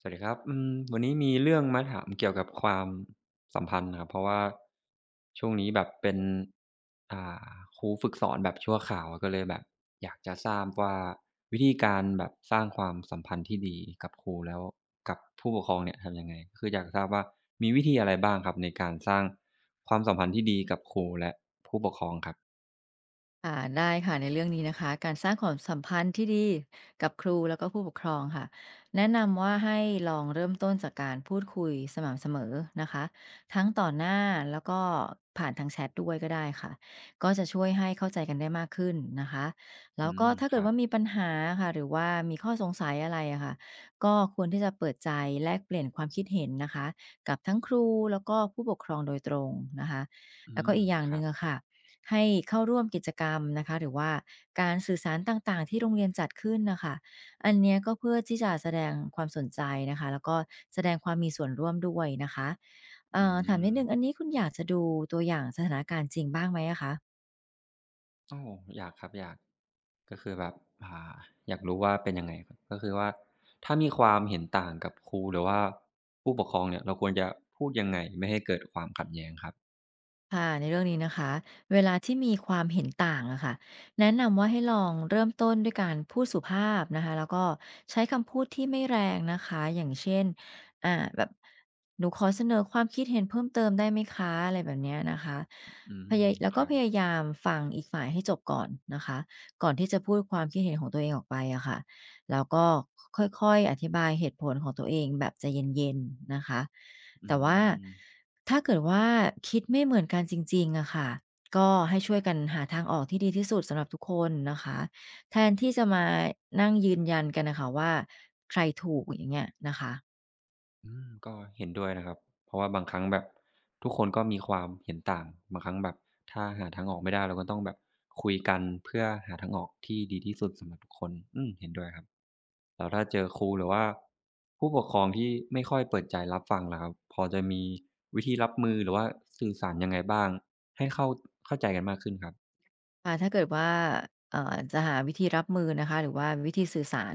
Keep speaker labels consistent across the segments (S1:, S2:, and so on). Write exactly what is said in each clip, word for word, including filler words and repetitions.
S1: สวัสดีครับอืมวันนี้มีเรื่องมาถามเกี่ยวกับความสัมพันธ์นะครับ เพราะว่าช่วงนี้แบบเป็นอ่าครูฝึกสอนแบบชั่วคราวอะก็เลยแบบอยากจะทราบว่าวิธีการแบบสร้างความสัมพันธ์ที่ดีกับครูแล้วกับผู้ปกครองเนี่ยทำยังไงคืออยากทราบว่ามีวิธีอะไรบ้างครับในการสร้างความสัมพันธ์ที่ดีกับครูและผู้ปกครองครับ
S2: ค่ะได้ค่ะในเรื่องนี้นะคะการสร้างความสัมพันธ์ที่ดีกับครูแล้วก็ผู้ปกครองค่ะแนะนำว่าให้ลองเริ่มต้นจากการพูดคุยสม่ำเสมอนะคะทั้งต่อหน้าแล้วก็ผ่านทางแชทด้วยก็ได้ค่ะก็จะช่วยให้เข้าใจกันได้มากขึ้นนะคะแล้ว
S1: อื
S2: ก็
S1: ม
S2: ถ้า
S1: ค
S2: เกิด
S1: รับ
S2: ว่ามีปัญหาค่ะหรือว่ามีข้อสงสัยอะไรอะค่ะก็ควรที่จะเปิดใจแลกเปลี่ยนความคิดเห็นนะคะกับทั้งครูแล้วก็ผู้ปกครองโดยตรงนะคะ
S1: อื
S2: แล้วก็
S1: ม
S2: อีกอย่าง
S1: ค
S2: ห
S1: รั
S2: นึ่ง
S1: บ
S2: อะค่ะ ให้เข้าร่วมกิจกรรมนะคะหรือว่าการสื่อสารต่างๆที่โรงเรียนจัดขึ้นนะคะอันเนี้ยก็เพื่อที่จะแสดงความสนใจนะคะแล้วก็แสดงความมีส่วนร่วมด้วยนะคะเอ่
S1: อื
S2: อถามนิ
S1: ม
S2: ดนึงอันนี้คุณอยากจะดูตัวอย่างสถานการณ์จริงบ้างไหมอะคะ
S1: อ้ออยากครับอยาก ก็คือแบบอ่าอยากรู้ว่าเป็นยังไงครับก็คือว่าถ้ามีความเห็นต่างกับครูหรือว่าผู้ปกครองเนี่ยเราควรจะพูดยังไงไม่ให้เกิดความขัดแย้งครับ
S2: ค่ะในเรื่องนี้นะคะเวลาที่มีความเห็นต่างอะค่ะแนะนำว่าให้ลองเริ่มต้นด้วยการพูดสุภาพนะคะแล้วก็ใช้คำพูดที่ไม่แรงนะคะอย่างเช่นอ่าแบบหนูขอเสนอความคิดเห็นเพิ่มเติมได้ไหมคะอะไรแบบเนี้ยนะคะ
S1: อื
S2: พยาย
S1: ม
S2: แล้ว
S1: ค
S2: ก็
S1: รั
S2: พ
S1: บ
S2: ยายามฟังอีกฝ่ายให้จบก่อนนะคะก่อนที่จะพูดความคิดเห็นของตัวเองออกไปอะค่ะแล้วก็ค่อยๆอธิบายเหตุผลของตัวเองแบบใจเย็นๆนะคะ
S1: อื
S2: แต่ว่า
S1: ม
S2: ถ้าเกิดว่าคิดไม่เหมือนกันจริงๆอะค่ะก็ให้ช่วยกันหาทางออกที่ดีที่สุดสำหรับทุกคนนะคะแทนที่จะมานั่งยืนยันกันน่ะค่ะว่าใครถูกอย่างเงี้ยนะคะ
S1: อืมก็เห็นด้วยนะครับเพราะว่าบางครั้งแบบทุกคนก็มีความเห็นต่างบางครั้งแบบถ้าหาทางออกไม่ได้เราก็ต้องแบบคุยกันเพื่อหาทางออกที่ดีที่สุดสำหรับทุกคนอืมเห็นด้วยครับ แล้วถ้าเจอครูหรือว่าผู้ปกครองที่ไม่ค่อยเปิดใจรับฟังล่ะครับพอจะมีวิธีรับมือหรือว่าสื่อสารยังไงบ้างให้เข้าเข้าใจกันมากขึ้นครับ
S2: ค่ะถ้าเกิดว่าเอ่อจะหาวิธีรับมือนะคะหรือว่าวิธีสื่อสาร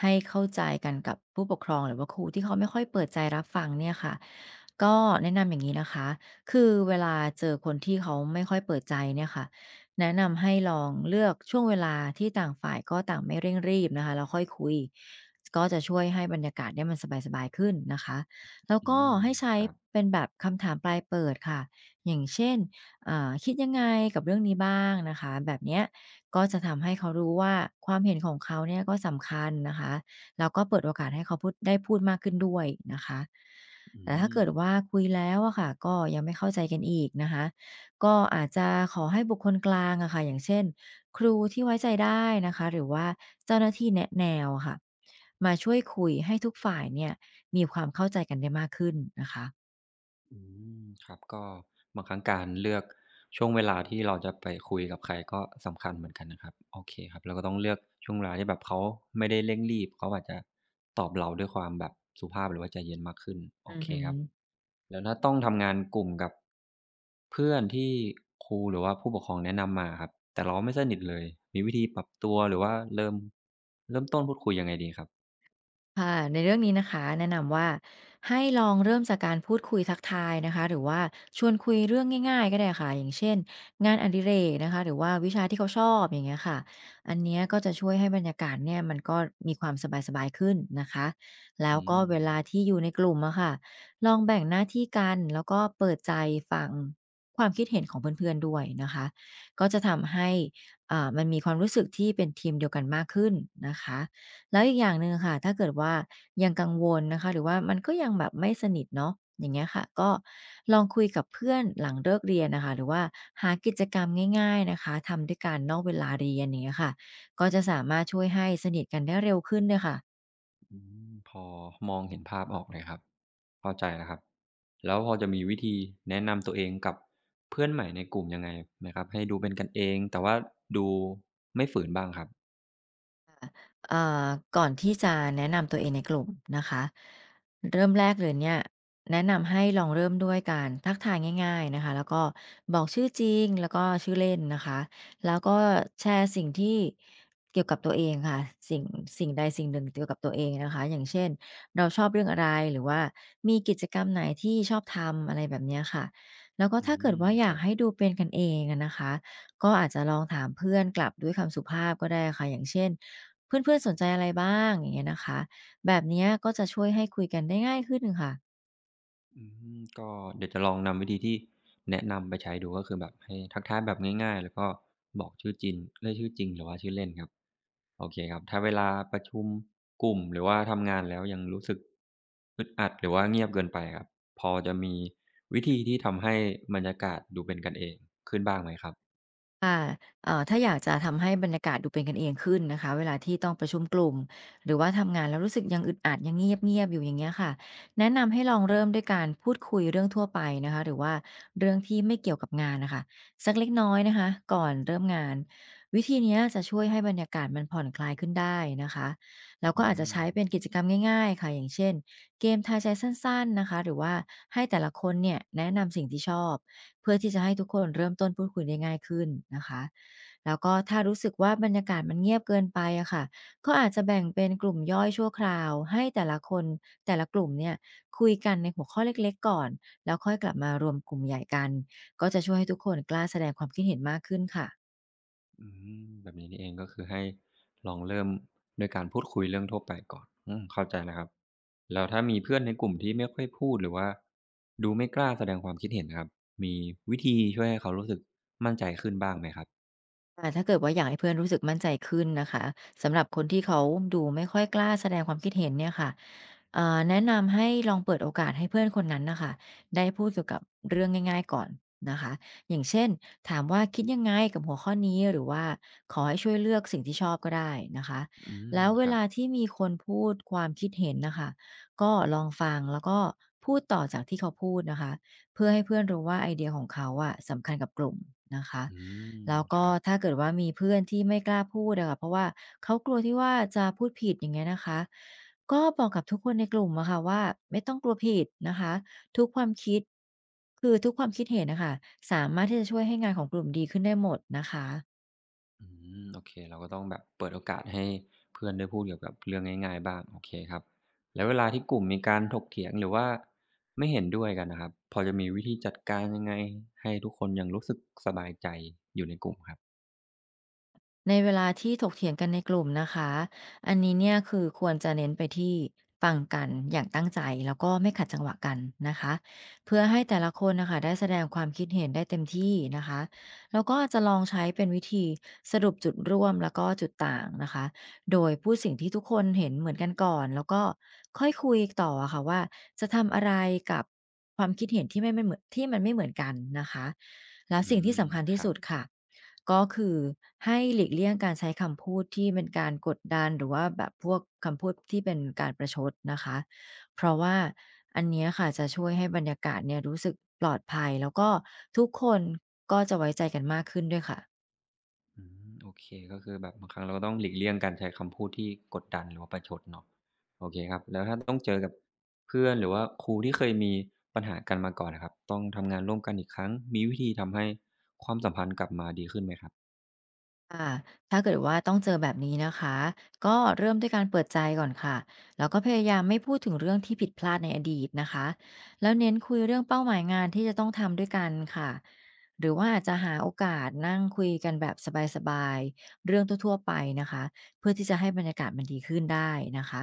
S2: ให้เข้าใจกันกับผู้ปกครองหรือว่าครูที่เขาไม่ค่อยเปิดใจรับฟังเนี่ยค่ะก็แนะนำอย่างนี้นะคะคือเวลาเจอคนที่เขาไม่ค่อยเปิดใจเนี่ยค่ะแนะนำให้ลองเลือกช่วงเวลาที่ต่างฝ่ายก็ต่างไม่เร่งรีบนะคะแล้วค่อยคุยก็จะช่วยให้บรรยากาศเนี่ยมันสบายๆขึ้นนะคะแล้ว
S1: อื
S2: ก็
S1: ม
S2: ให้ใช้
S1: ครับ
S2: เป็นแบบคำถามปลายเปิดค่ะอย่างเช่น อ่าคิดยังไงกับเรื่องนี้บ้างนะคะแบบเนี้ยก็จะทำให้เขารู้ว่าความเห็นของเขาเนี่ยก็สำคัญนะคะแล้วก็เปิดโอกาสให้เขาพูดได้พูดมากขึ้นด้วยนะคะ
S1: อื
S2: แต่ถ้า
S1: ม
S2: เกิดว่าคุยแล้วอะค่ะก็ยังไม่เข้าใจกันอีกนะคะก็อาจจะขอให้บุคคลกลางอะค่ะอย่างเช่นครูที่ไว้ใจได้นะคะหรือว่าเจ้าหน้าที่แนะแนวอะค่ะมาช่วยคุยให้ทุกฝ่ายเนี่ยมีความเข้าใจกันได้มากขึ้นนะคะ
S1: อืมครับก็บางครั้งการเลือกช่วงเวลาที่เราจะไปคุยกับใครก็สำคัญเหมือนกันนะครับโอเคครับเราก็ต้องเลือกช่วงเวลาที่แบบเขาไม่ได้เร่งรีบเขาอาจจะตอบเราด้วยความแบบสุภาพหรือว่าใจเย็นมากขึ้นโอ
S2: อือ
S1: เค
S2: ฮอ
S1: ครับแล้วถ้าต้องทำงานกลุ่มกับเพื่อนที่ครูหรือว่าผู้ปกครองแนะนำมาครับแต่เราไม่สนิทเลยมีวิธีปรับตัวหรือว่าเริ่มเริ่มต้นพูดคุยยังไงดีครับ
S2: ค่ะในเรื่องนี้นะคะแนะนำว่าให้ลองเริ่มจากการพูดคุยทักทายนะคะหรือว่าชวนคุยเรื่องง่ายๆก็ได้ค่ะอย่างเช่นงานอดิเรกนะคะหรือว่าวิชาที่เขาชอบอย่างเงี้ยค่ะอันเนี้ยก็จะช่วยให้บรรยากาศเนี่ยมันก็มีความสบายๆขึ้นนะคะแล้ว
S1: อื
S2: ก็เว
S1: ม
S2: ลาที่อยู่ในกลุ่มอะค่ะลองแบ่งหน้าที่กันแล้วก็เปิดใจฟังความคิดเห็นของเพื่อนๆด้วยนะคะก็จะทำให้อ่ามันมีความรู้สึกที่เป็นทีมเดียวกันมากขึ้นนะคะ แล้วอีกอย่างหนึ่งค่ะถ้าเกิดว่ายังกังวลนะคะหรือว่ามันก็ยังแบบไม่สนิทเนาะอย่างเงี้ยค่ะก็ลองคุยกับเพื่อนหลังเลิกเรียนน่ะค่ะหรือว่าหากิจกรรมง่ายๆนะคะทำด้วยกันนอกเวลาเรียนอย่างเงี้ยค่ะก็จะสามารถช่วยให้สนิทกันได้เร็วขึ้นด้วยค่ะ
S1: อืมพอมองเห็นภาพออกเลยครับเข้าใจแล้วครับ แล้วพอจะมีวิธีแนะนำตัวเองกับเพื่อนใหม่ในกลุ่มยังไงไหมครับ ให้ดูเป็นกันเองแต่ว่าดูไม่ฝืนบ้างครับ
S2: เอ่อก่อนที่จะแนะนำตัวเองในกลุ่มนะคะเริ่มแรกเลยเนี่ยแนะนำให้ลองเริ่มด้วยการทักทายง่ายๆนะคะแล้วก็บอกชื่อจริงแล้วก็ชื่อเล่นนะคะแล้วก็แชร์สิ่งที่เกี่ยวกับตัวเองค่ะสิ่งสิ่งใดสิ่งหนึ่งเกี่ยวกับตัวเองนะคะอย่างเช่นเราชอบเรื่องอะไรหรือว่ามีกิจกรรมไหนที่ชอบทำอะไรแบบเนี้ยค่ะแล้วก็
S1: อื
S2: ถ้าเกิด
S1: ม
S2: ว่าอ
S1: ค
S2: ยาก
S1: รับ
S2: ให้ดูเป็นกันเองอะนะคะก็อาจจะลองถามเพื่อนกลับด้วยคำสุภาพก็ได้ค่ะอย่างเช่น เพื่อนๆสนใจอะไรบ้างอย่างเงี้ยนะคะ แบบเนี้ยก็จะช่วยให้คุยกันได้ง่ายขึ้นค่ะ
S1: อืมก็เดี๋ยวจะลองนำวิธีที่แนะนำไปใช้ดูก็คือแบบให้ทักทายแบบง่ายๆแล้วก็บอกชื่อจริงเรียกชื่อจริงหรือว่าชื่อเล่นครับโอเคครับถ้าเวลาประชุมกลุ่มหรือว่าทำงานแล้วยังรู้สึกอึดอัดหรือว่าเงียบเกินไปครับพอจะมีวิธีที่ทำให้บรรยากาศดูเป็นกันเองขึ้นบ้างไหมครับ
S2: ค่ะเอ่อถ้าอยากจะทำให้บรรยากาศดูเป็นกันเองขึ้นนะคะเวลาที่ต้องประชุมกลุ่มหรือว่าทำงานแล้วรู้สึกยังอึดอัดยังเงียบๆอยู่อย่างเงี้ยค่ะแนะนำให้ลองเริ่มด้วยการพูดคุยเรื่องทั่วไปนะคะหรือว่าเรื่องที่ไม่เกี่ยวกับงานน่ะค่ะสักเล็กน้อยนะคะก่อนเริ่มงานวิธีเนี้ยจะช่วยให้บรรยากาศมันผ่อนคลายขึ้นได้นะคะแล้วก็
S1: อื
S2: อาจจะ
S1: ม
S2: ใช้เป็นกิจกรรมง่ายๆค่ะอย่างเช่นเกมทายใจสั้นๆนะคะหรือว่าให้แต่ละคนเนี่ยแนะนำสิ่งที่ชอบ เพื่อที่จะให้ทุกคนเริ่มต้นพูดคุยได้ง่ายขึ้นนะคะ แล้วก็ถ้ารู้สึกว่าบรรยากาศมันเงียบเกินไปอะค่ะก็อาจจะแบ่งเป็นกลุ่มย่อยชั่วคราวให้แต่ละคนแต่ละกลุ่มเนี่ยคุยกันในหัวข้อเล็กๆก่อนแล้วค่อยกลับมารวมกลุ่มใหญ่กันก็จะช่วยให้ทุกคนกล้าแสดงความคิดเห็นมากขึ้นค่ะ
S1: อืมแบบนี้นี่เองก็คือให้ลองเริ่มด้วยการพูดคุยเรื่องทั่วไปก่อนอืมเข้าใจแล้วครับแล้วถ้ามีเพื่อนในกลุ่มที่ไม่ค่อยพูดหรือว่าดูไม่กล้าแสดงความคิดเห็นนะครับมีวิธีช่วยให้เขารู้สึกมั่นใจขึ้นบ้างไหมครับ
S2: อาถ้าเกิดว่าอยากให้เพื่อนรู้สึกมั่นใจขึ้นนะคะสำหรับคนที่เขาดูไม่ค่อยกล้าแสดงความคิดเห็นเนี่ยค่ะเอ่อแนะนำให้ลองเปิดโอกาสให้เพื่อนคนนั้นนะคะได้พูดเกี่ยวกับเรื่องง่ายๆก่อนนะคะอย่างเช่นถามว่าคิดยังไงกับหัวข้อนี้หรือว่าขอให้ช่วยเลือกสิ่งที่ชอบก็ได้นะคะ
S1: อืม
S2: แล้วเว
S1: ครับ
S2: ลาที่มีคนพูดความคิดเห็นน่ะคะก็ลองฟังแล้วก็พูดต่อจากที่เขาพูดนะคะ เพื่อให้เพื่อนรู้ว่าไอเดียของเขาอะสำคัญกับกลุ่มนะคะ
S1: อืม
S2: แล้ว
S1: ค
S2: ก็
S1: รับ
S2: ถ้าเกิดว่ามีเพื่อนที่ไม่กล้าพูดอะค่ะเพราะว่าเขากลัวที่ว่าจะพูดผิดอย่างเงี้ยนะคะ ก็บอกกับทุกคนในกลุ่มอะค่ะว่าไม่ต้องกลัวผิดนะคะ ทุกความคิดคือทุกความคิดเห็นนะคะสามารถที่จะช่วยให้งานของกลุ่มดีขึ้นได้หมดนะคะ
S1: อืมโอเคเราก็ต้องแบบเปิดโอกาสให้เพื่อนได้พูดเกี่ยวกับเรื่องง่ายๆบ้างโอเคครับแล้วเวลาที่กลุ่มมีการถกเถียงหรือว่าไม่เห็นด้วยกันนะครับพอจะมีวิธีจัดการยังไงให้ทุกคนยังรู้สึกสบายใจอยู่ในกลุ่มครับ
S2: ในเวลาที่ถกเถียงกันในกลุ่มนะคะอันนี้เนี่ยคือควรจะเน้นไปที่ฟังกันอย่างตั้งใจแล้วก็ไม่ขัดจังหวะกันนะคะเพื่อให้แต่ละคนนะคะได้แสดงความคิดเห็นได้เต็มที่นะคะแล้วก็จะลองใช้เป็นวิธีสรุปจุดร่วมแล้วก็จุดต่างนะคะ โดยพูดสิ่งที่ทุกคนเห็นเหมือนกันก่อนแล้วก็ค่อยคุยต่ออะค่ะว่าจะทำอะไรกับความคิดเห็นที่ไม่ไม่เหมือนที่มันไม่เหมือนกันนะคะแล้ว
S1: อื
S2: สิ่งที่
S1: ม
S2: สำคัญ
S1: ค
S2: ที่
S1: รั
S2: สุ
S1: บ
S2: ดค่ะก็คือให้หลีกเลี่ยงการใช้คำพูดที่เป็นการกดดันหรือว่าแบบพวกคำพูดที่เป็นการประชดนะคะเพราะว่าอันเนี้ยค่ะจะช่วยให้บรรยากาศเนี่ยรู้สึกปลอดภัยแล้วก็ทุกคนก็จะไว้ใจกันมากขึ้นด้วยค่ะ
S1: อืมโอเคก็คือแบบบางครั้งเราก็ต้องหลีกเลี่ยงการใช้คำพูดที่กดดันหรือว่าประชดเนาะโอเคครับแล้วถ้าต้องเจอกับเพื่อนหรือว่าครูที่เคยมีปัญหากันมาก่อนนะครับต้องทำงานร่วมกันอีกครั้งมีวิธีทำให้ความสัมพันธ์กลับมาดีขึ้นไหมครับ
S2: ค่ะถ้าเกิดว่าต้องเจอแบบนี้นะคะก็เริ่มด้วยการเปิดใจก่อนค่ะแล้วก็พยายามไม่พูดถึงเรื่องที่ผิดพลาดในอดีตนะคะแล้วเน้นคุยเรื่องเป้าหมายงานที่จะต้องทำด้วยกันค่ะหรือว่าอาจจะหาโอกาสนั่งคุยกันแบบสบายๆเรื่องทั่วๆไปนะคะเพื่อที่จะให้บรรยากาศมันดีขึ้นได้นะคะ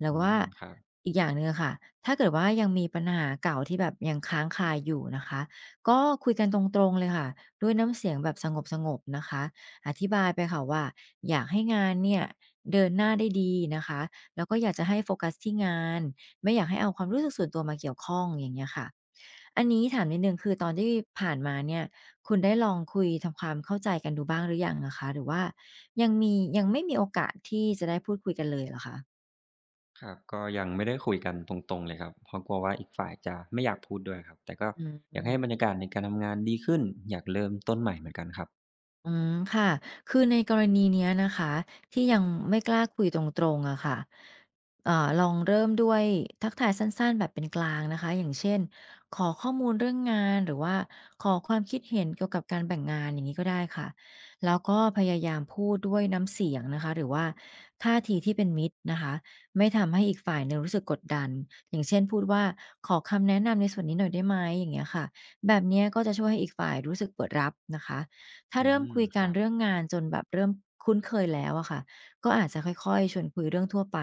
S2: แล้ว
S1: อื
S2: ว่า
S1: มครับ
S2: อีกอย่างหนึ่งค่ะถ้าเกิดว่ายังมีปัญหาเก่าที่แบบยังค้างคาอยู่นะคะก็คุยกันตรงๆเลยค่ะด้วยน้ำเสียงแบบสงบๆนะคะ อธิบายไปค่ะว่าอยากให้งานเนี่ยเดินหน้าได้ดีนะคะแล้วก็อยากจะให้โฟกัสที่งานไม่อยากให้เอาความรู้สึกส่วนตัวมาเกี่ยวข้องอย่างเงี้ยค่ะอันนี้ถามนิดนึงคือตอนที่ผ่านมาเนี่ยคุณได้ลองคุยทำความเข้าใจกันดูบ้างหรือยังนะคะหรือว่ายังมียังไม่มีโอกาสที่จะได้พูดคุยกันเลยเหรอคะ
S1: ครับก็ยังไม่ได้คุยกันตรงๆเลยครับเพราะกลัวว่าอีกฝ่ายจะไม่อยากพูดด้วยครับแต่ก็
S2: อื
S1: อยากให้บร
S2: ม
S1: รยากาศในการทำงานดีขึ้นอยากเริ่มต้นใหม่เหมือนกันครับ
S2: อืมค่ะคือในกรณีเนี้ยนะคะที่ยังไม่กล้าคุยตรงๆอะค่ะเอ่อลองเริ่มด้วยทักทายสั้นๆแบบเป็นกลางนะคะอย่างเช่นขอข้อมูลเรื่องงานหรือว่าขอความคิดเห็นเกี่ยวกับการแบ่งงานอย่างนี้ก็ได้ค่ะแล้วก็พยายามพูดด้วยน้ำเสียงนะคะหรือว่าท่าทีที่เป็นมิตรนะคะไม่ทำให้อีกฝ่ายหนึงรู้สึกกดดันอย่างเช่นพูดว่าขอคำแนะนำในส่วนนี้หน่อยได้ไหมอย่างเงี้ยค่ะแบบเนี้ยก็จะช่วยให้อีกฝ่ายรู้สึกเปิดรับนะคะ ถ้า
S1: อื
S2: เริ่ม
S1: ม
S2: คุย
S1: ค
S2: กัน
S1: รับ
S2: เรื่องงานจนแบบเริ่มคุ้นเคยแล้วอะค่ะก็อาจจะค่อยๆชวนคุยเรื่องทั่วไป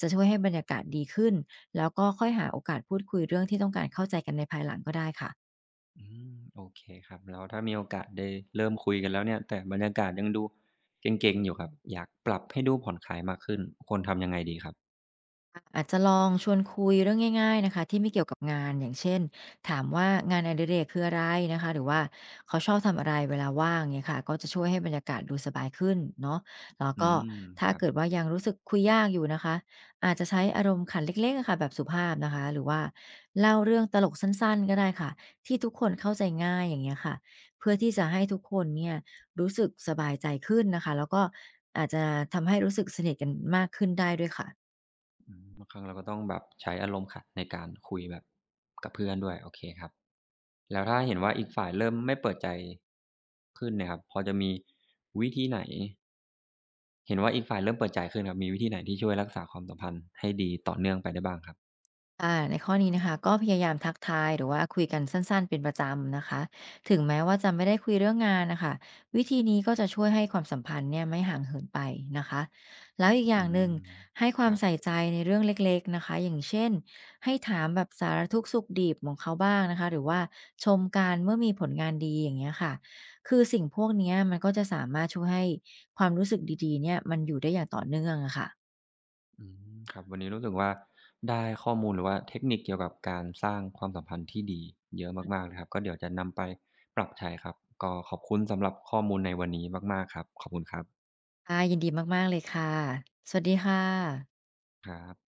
S2: จะช่วยให้บรรยากาศดีขึ้นแล้วก็ค่อยหาโอกาสพูดคุยเรื่องที่ต้องการเข้าใจกันในภายหลังก็ได้ค่ะ
S1: อืมโอเคครับแล้วถ้ามีโอกาสได้เริ่มคุยกันแล้วเนี่ยแต่บรรยากาศยังดูเกร็งๆอยู่ครับอยากปรับให้ดูผ่อนคลายมากขึ้นควรทำยังไงดีครับ
S2: อะอาจจะลองชวนคุยเรื่องง่ายๆนะคะที่ไม่เกี่ยวกับงานอย่างเช่นถามว่างานอดิเรกคืออะไรนะคะหรือว่าเขาชอบทำอะไรเวลาว่างเนี่ยค่ะก็จะช่วยให้บรรยากาศดูสบายขึ้นเนาะแล้ว
S1: อื
S2: ก็
S1: ม
S2: ถ้า
S1: ครับ
S2: เกิดว่ายังรู้สึกคุยยากอยู่นะคะอาจจะใช้อารมณ์ขันเล็กๆอะค่ะแบบสุภาพนะคะหรือว่าเล่าเรื่องตลกสั้นๆก็ได้ค่ะที่ทุกคนเข้าใจง่ายอย่างเงี้ยค่ะเพื่อที่จะให้ทุกคนเนี่ยรู้สึกสบายใจขึ้นนะคะแล้วก็อาจจะทำให้รู้สึกสนิทกันมากขึ้นได้ด้วยค่ะ
S1: อืมบางครั้งเราก็ต้องแบบใช้อารมณ์ขันในการคุยแบบกับเพื่อนด้วยโอเคครับแล้วถ้าเห็นว่าอีกฝ่ายเริ่มไม่เปิดใจขึ้นเนี่ยครับพอจะมีวิธีไหนเห็นว่าอีกฝ่ายเริ่มเปิดใจขึ้นครับมีวิธีไหนที่ช่วยรักษาความสัมพันธ์ให้ดีต่อเนื่องไปได้บ้างครับ
S2: ค่ะในข้อนี้นะคะก็พยายามทักทายหรือว่าคุยกันสั้นๆเป็นประจำนะคะถึงแม้ว่าจะไม่ได้คุยเรื่องงานน่ะค่ะวิธีนี้ก็จะช่วยให้ความสัมพันธ์เนี่ยไม่ห่างเหินไปนะคะแล้วอีกอ
S1: อื
S2: ย่างหนึ่ง
S1: ม
S2: ให้ค
S1: ค
S2: วาม
S1: รับ
S2: ใส่ใจในเรื่องเล็กๆนะคะอย่างเช่นให้ถามแบบสารทุกข์สุขดิบของเขาบ้างนะคะหรือว่าชมกันเมื่อมีผลงานดีอย่างเงี้ยค่ะคือสิ่งพวกเนี้ยมันก็จะสามารถช่วยให้ความรู้สึกดีๆเนี่ยมันอยู่ได้อย่างต่อเนื่องอะค่ะ
S1: อืมครับวันนี้รู้สึกว่าได้ข้อมูลหรือว่าเทคนิคเกี่ยวกับการสร้างความสัมพันธ์ที่ดีเยอะมากๆเลยครับก็เดี๋ยวจะนำไปปรับใช้ครับก็ขอบคุณสำหรับข้อมูลในวันนี้มากๆครับขอบคุณครับ
S2: ค่ะยินดีมากๆเลยค่ะสวัสดีค่ะ
S1: ครับ